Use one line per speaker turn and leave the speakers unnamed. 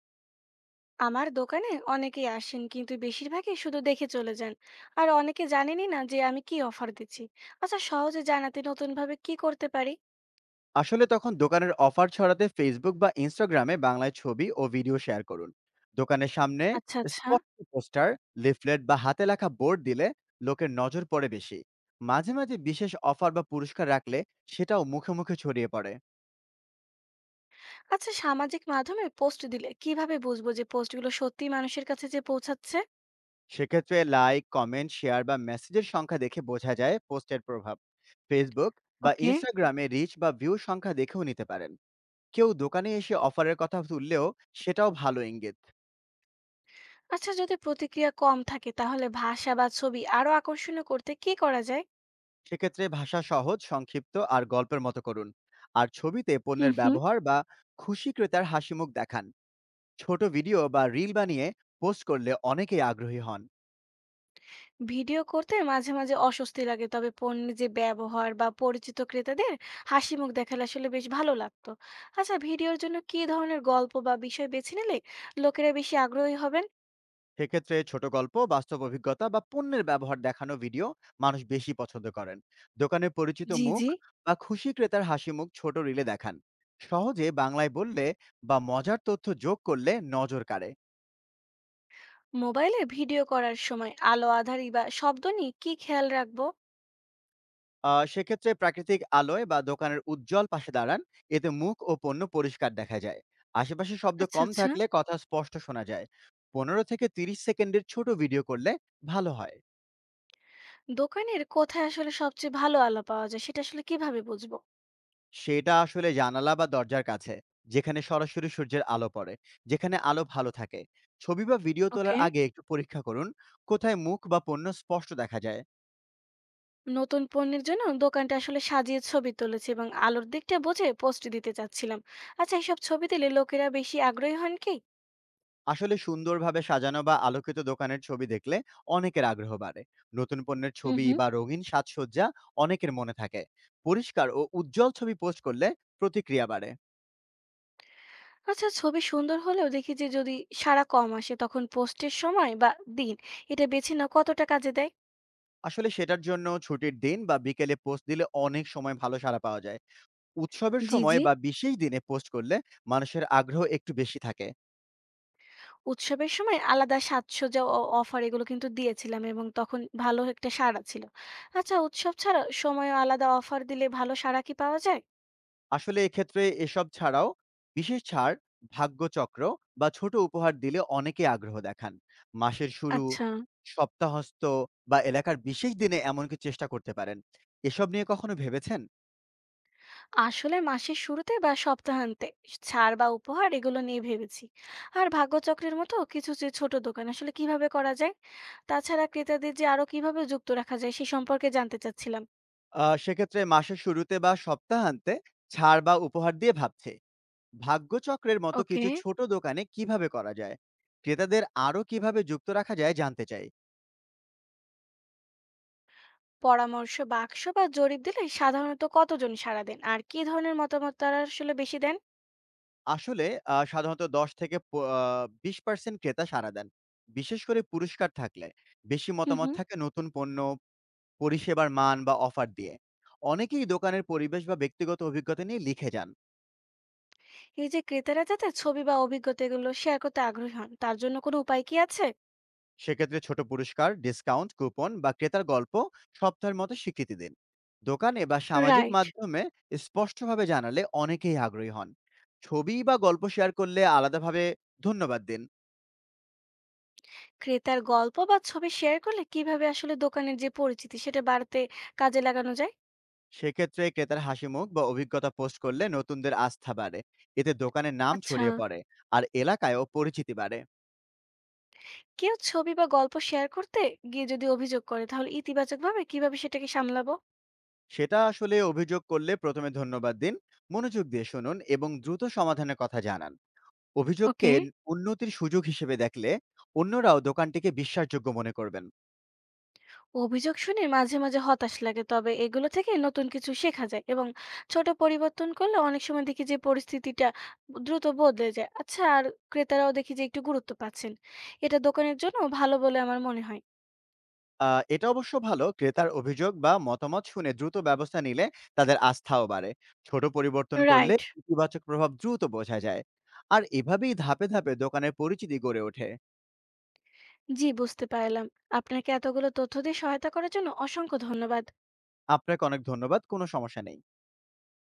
আমার দোকানে অনেকেই আসেন, কিন্তু বেশিরভাগই শুধু দেখে চলে যান। আর অনেকে জানেনই না যে আমি কি অফার দিচ্ছি। আচ্ছা, সহজে জানাতে নতুন ভাবে কি করতে পারি?
আসলে তখন দোকানের অফার ছড়াতে ফেসবুক বা ইনস্টাগ্রামে বাংলায় ছবি ও ভিডিও শেয়ার করুন। দোকানের সামনে
আচ্ছা, আচ্ছা।
স্পষ্ট পোস্টার, লিফলেট বা হাতে লেখা বোর্ড দিলে লোকের নজর পড়ে বেশি। মাঝে মাঝে বিশেষ অফার বা পুরস্কার রাখলে সেটাও মুখে মুখে ছড়িয়ে পড়ে।
আচ্ছা, সামাজিক মাধ্যমে পোস্ট দিলে কিভাবে বুঝবো যে পোস্টগুলো সত্যি মানুষের কাছে যে পৌঁছাচ্ছে?
সেক্ষেত্রে লাইক, কমেন্ট, শেয়ার বা মেসেজের সংখ্যা দেখে বোঝা যায় পোস্টের প্রভাব। ফেসবুক বা
ওকে।
ইনস্টাগ্রামে রিচ বা ভিউ সংখ্যা দেখেও নিতে পারেন। কেউ দোকানে এসে অফারের কথা তুললেও সেটাও ভালো ইঙ্গিত।
আচ্ছা, যদি প্রতিক্রিয়া কম থাকে তাহলে ভাষা বা ছবি আরো আকর্ষণীয় করতে কি করা যায়?
সেক্ষেত্রে ভাষা সহজ, সংক্ষিপ্ত আর গল্পের মতো করুন। আর ছবিতে
হুম,
পণ্যের
হুম।
ব্যবহার বা খুশি ক্রেতার হাসিমুখ দেখান। ছোট ভিডিও বা রিল বানিয়ে পোস্ট করলে অনেকেই আগ্রহী হন।
ভিডিও করতে মাঝে মাঝে অস্বস্তি লাগে, তবে পণ্যের যে ব্যবহার বা পরিচিত ক্রেতাদের হাসি মুখ দেখালে আসলে বেশ ভালো লাগতো। আচ্ছা, ভিডিওর জন্য কি ধরনের গল্প বা বিষয় বেছে নিলে লোকেরা বেশি আগ্রহী হবেন?
সেক্ষেত্রে ছোট গল্প, বাস্তব অভিজ্ঞতা বা পণ্যের ব্যবহার দেখানো ভিডিও মানুষ বেশি পছন্দ করেন। দোকানে পরিচিত
জি,
মুখ
জি।
বা খুশি ক্রেতার হাসিমুখ ছোট রিলে দেখান। সহজে বাংলায় বললে বা মজার তথ্য যোগ করলে নজর কাড়ে।
মোবাইলে ভিডিও করার সময় আলো আঁধারি বা শব্দ নিয়ে কি খেয়াল রাখবো?
সেক্ষেত্রে প্রাকৃতিক আলোয় বা দোকানের উজ্জ্বল পাশে দাঁড়ান। এতে মুখ ও পণ্য পরিষ্কার দেখা যায়। আশেপাশে শব্দ
আচ্ছা,
কম
আচ্ছা।
থাকলে কথা স্পষ্ট শোনা যায়। ১৫ থেকে ৩০ সেকেন্ডের ছোট ভিডিও করলে ভালো হয়।
দোকানের কোথায় আসলে সবচেয়ে ভালো আলো পাওয়া যায় সেটা আসলে কিভাবে বুঝবো?
সেটা আসলে জানালা বা দরজার কাছে, যেখানে সরাসরি সূর্যের আলো পড়ে, যেখানে আলো ভালো থাকে। ছবি বা ভিডিও তোলার
ওকে।
আগে একটু পরীক্ষা করুন, কোথায় মুখ বা পণ্য স্পষ্ট দেখা যায়।
নতুন পণ্যের জন্য দোকানটা আসলে সাজিয়ে ছবি তুলেছে এবং আলোর দিকটা বুঝে পোস্ট দিতে চাচ্ছিলাম। আচ্ছা, এইসব ছবি দিলে লোকেরা বেশি আগ্রহী হন কি?
আসলে সুন্দরভাবে সাজানো বা আলোকিত দোকানের ছবি দেখলে অনেকের আগ্রহ বাড়ে। নতুন পণ্যের
হুম,
ছবি
হুম।
বা রঙিন সাজসজ্জা অনেকের মনে থাকে। পরিষ্কার ও উজ্জ্বল ছবি পোস্ট করলে প্রতিক্রিয়া বাড়ে।
আচ্ছা, ছবি সুন্দর হলেও দেখি যে যদি সাড়া কম আসে তখন পোস্টের সময় বা দিন এটা বেছে না কতটা কাজে দেয়?
আসলে সেটার জন্য ছুটির দিন বা বিকেলে পোস্ট দিলে অনেক সময় ভালো সাড়া পাওয়া যায়। উৎসবের
জি,
সময়
জি।
বা বিশেষ দিনে পোস্ট করলে মানুষের আগ্রহ একটু বেশি থাকে।
উৎসবের সময় আলাদা সাজসজ্জা ও অফার এগুলো কিন্তু দিয়েছিলাম এবং তখন ভালো একটা সাড়া ছিল। আচ্ছা, উৎসব ছাড়া সময় আলাদা অফার দিলে ভালো সাড়া কি পাওয়া যায়?
আসলে এক্ষেত্রে এসব ছাড়াও বিশেষ ছাড়, ভাগ্যচক্র বা ছোট উপহার দিলে অনেকে আগ্রহ দেখান। মাসের শুরু,
আচ্ছা।
সপ্তাহস্ত বা এলাকার বিশেষ দিনে এমনকি চেষ্টা করতে পারেন। এসব নিয়ে কখনো ভেবেছেন?
আসলে মাসের শুরুতে বা সপ্তাহান্তে ছাড় বা উপহার এগুলো নিয়ে ভেবেছি। আর ভাগ্যচক্রের মতো কিছু যে ছোট দোকান আসলে কিভাবে করা যায়? তাছাড়া ক্রেতাদের যে আরো কিভাবে যুক্ত রাখা যায় সে সম্পর্কে জানতে চাচ্ছিলাম।
সেক্ষেত্রে মাসের শুরুতে বা সপ্তাহান্তে ছাড় বা উপহার দিয়ে ভাবছে। ভাগ্যচক্রের মতো
ওকে।
কিছু ছোট দোকানে কিভাবে করা যায়? ক্রেতাদের আরো কিভাবে যুক্ত রাখা যায় জানতে চাই।
পরামর্শ বাক্স বা জরিপ দিলে সাধারণত কতজন সাড়া দেন, আর কি ধরনের মতামত তারা আসলে বেশি দেন?
আসলে সাধারণত ১০ থেকে প আ ২০% ক্রেতা সাড়া দেন। বিশেষ করে পুরস্কার থাকলে। বেশি
হুম,
মতামত
হুম।
থাকে নতুন পণ্য, পরিষেবার মান বা অফার দিয়ে। অনেকেই দোকানের পরিবেশ বা ব্যক্তিগত অভিজ্ঞতা নিয়ে লিখে যান।
এই যে ক্রেতারা যাতে ছবি বা অভিজ্ঞতা এগুলো শেয়ার করতে আগ্রহী হন, তার জন্য কোনো উপায় কি আছে?
সেক্ষেত্রে ছোট পুরস্কার, ডিসকাউন্ট, কুপন বা ক্রেতার গল্প সপ্তাহের মতো স্বীকৃতি দিন। দোকানে বা সামাজিক
রাইট।
মাধ্যমে স্পষ্টভাবে জানালে অনেকেই আগ্রহী হন। ছবি বা গল্প শেয়ার করলে আলাদাভাবে ধন্যবাদ দিন।
ক্রেতার গল্প বা ছবি শেয়ার করলে কিভাবে আসলে দোকানের যে পরিচিতি সেটা বাড়তে কাজে লাগানো যায়?
সেক্ষেত্রে ক্রেতার হাসিমুখ বা অভিজ্ঞতা পোস্ট করলে নতুনদের আস্থা বাড়ে। এতে দোকানের নাম
আচ্ছা,
ছড়িয়ে পড়ে, আর এলাকায়ও পরিচিতি বাড়ে।
কেউ ছবি বা গল্প শেয়ার করতে গিয়ে যদি অভিযোগ করে তাহলে ইতিবাচকভাবে কিভাবে সেটাকে সামলাবো?
সেটা আসলে অভিযোগ করলে প্রথমে ধন্যবাদ দিন, মনোযোগ দিয়ে শুনুন এবং দ্রুত সমাধানের কথা জানান। অভিযোগকে
ওকে।
উন্নতির সুযোগ হিসেবে দেখলে অন্যরাও দোকানটিকে বিশ্বাসযোগ্য মনে করবেন।
অভিযোগ শুনে মাঝে মাঝে হতাশ লাগে, তবে এগুলো থেকে নতুন কিছু শেখা যায় এবং ছোট পরিবর্তন করলে অনেক সময় দেখি যে পরিস্থিতিটা দ্রুত বদলে যায়। আচ্ছা, আর ক্রেতারাও দেখি যে একটু গুরুত্ব পাচ্ছেন, এটা দোকানের জন্য ভালো বলে আমার মনে হয়।
আ এটা অবশ্য ভালো। ক্রেতার অভিযোগ বা মতামত শুনে দ্রুত ব্যবস্থা নিলে তাদের আস্থাও বাড়ে। ছোট পরিবর্তন করলে
রাইট।
ইতিবাচক প্রভাব দ্রুত বোঝা যায়। আর এভাবেই ধাপে ধাপে দোকানের পরিচিতি গড়ে ওঠে।
জি, বুঝতে পারলাম। আপনাকে এতগুলো তথ্য দিয়ে সহায়তা করার জন্য অসংখ্য ধন্যবাদ।
আপনাকে অনেক ধন্যবাদ। কোনো সমস্যা নেই।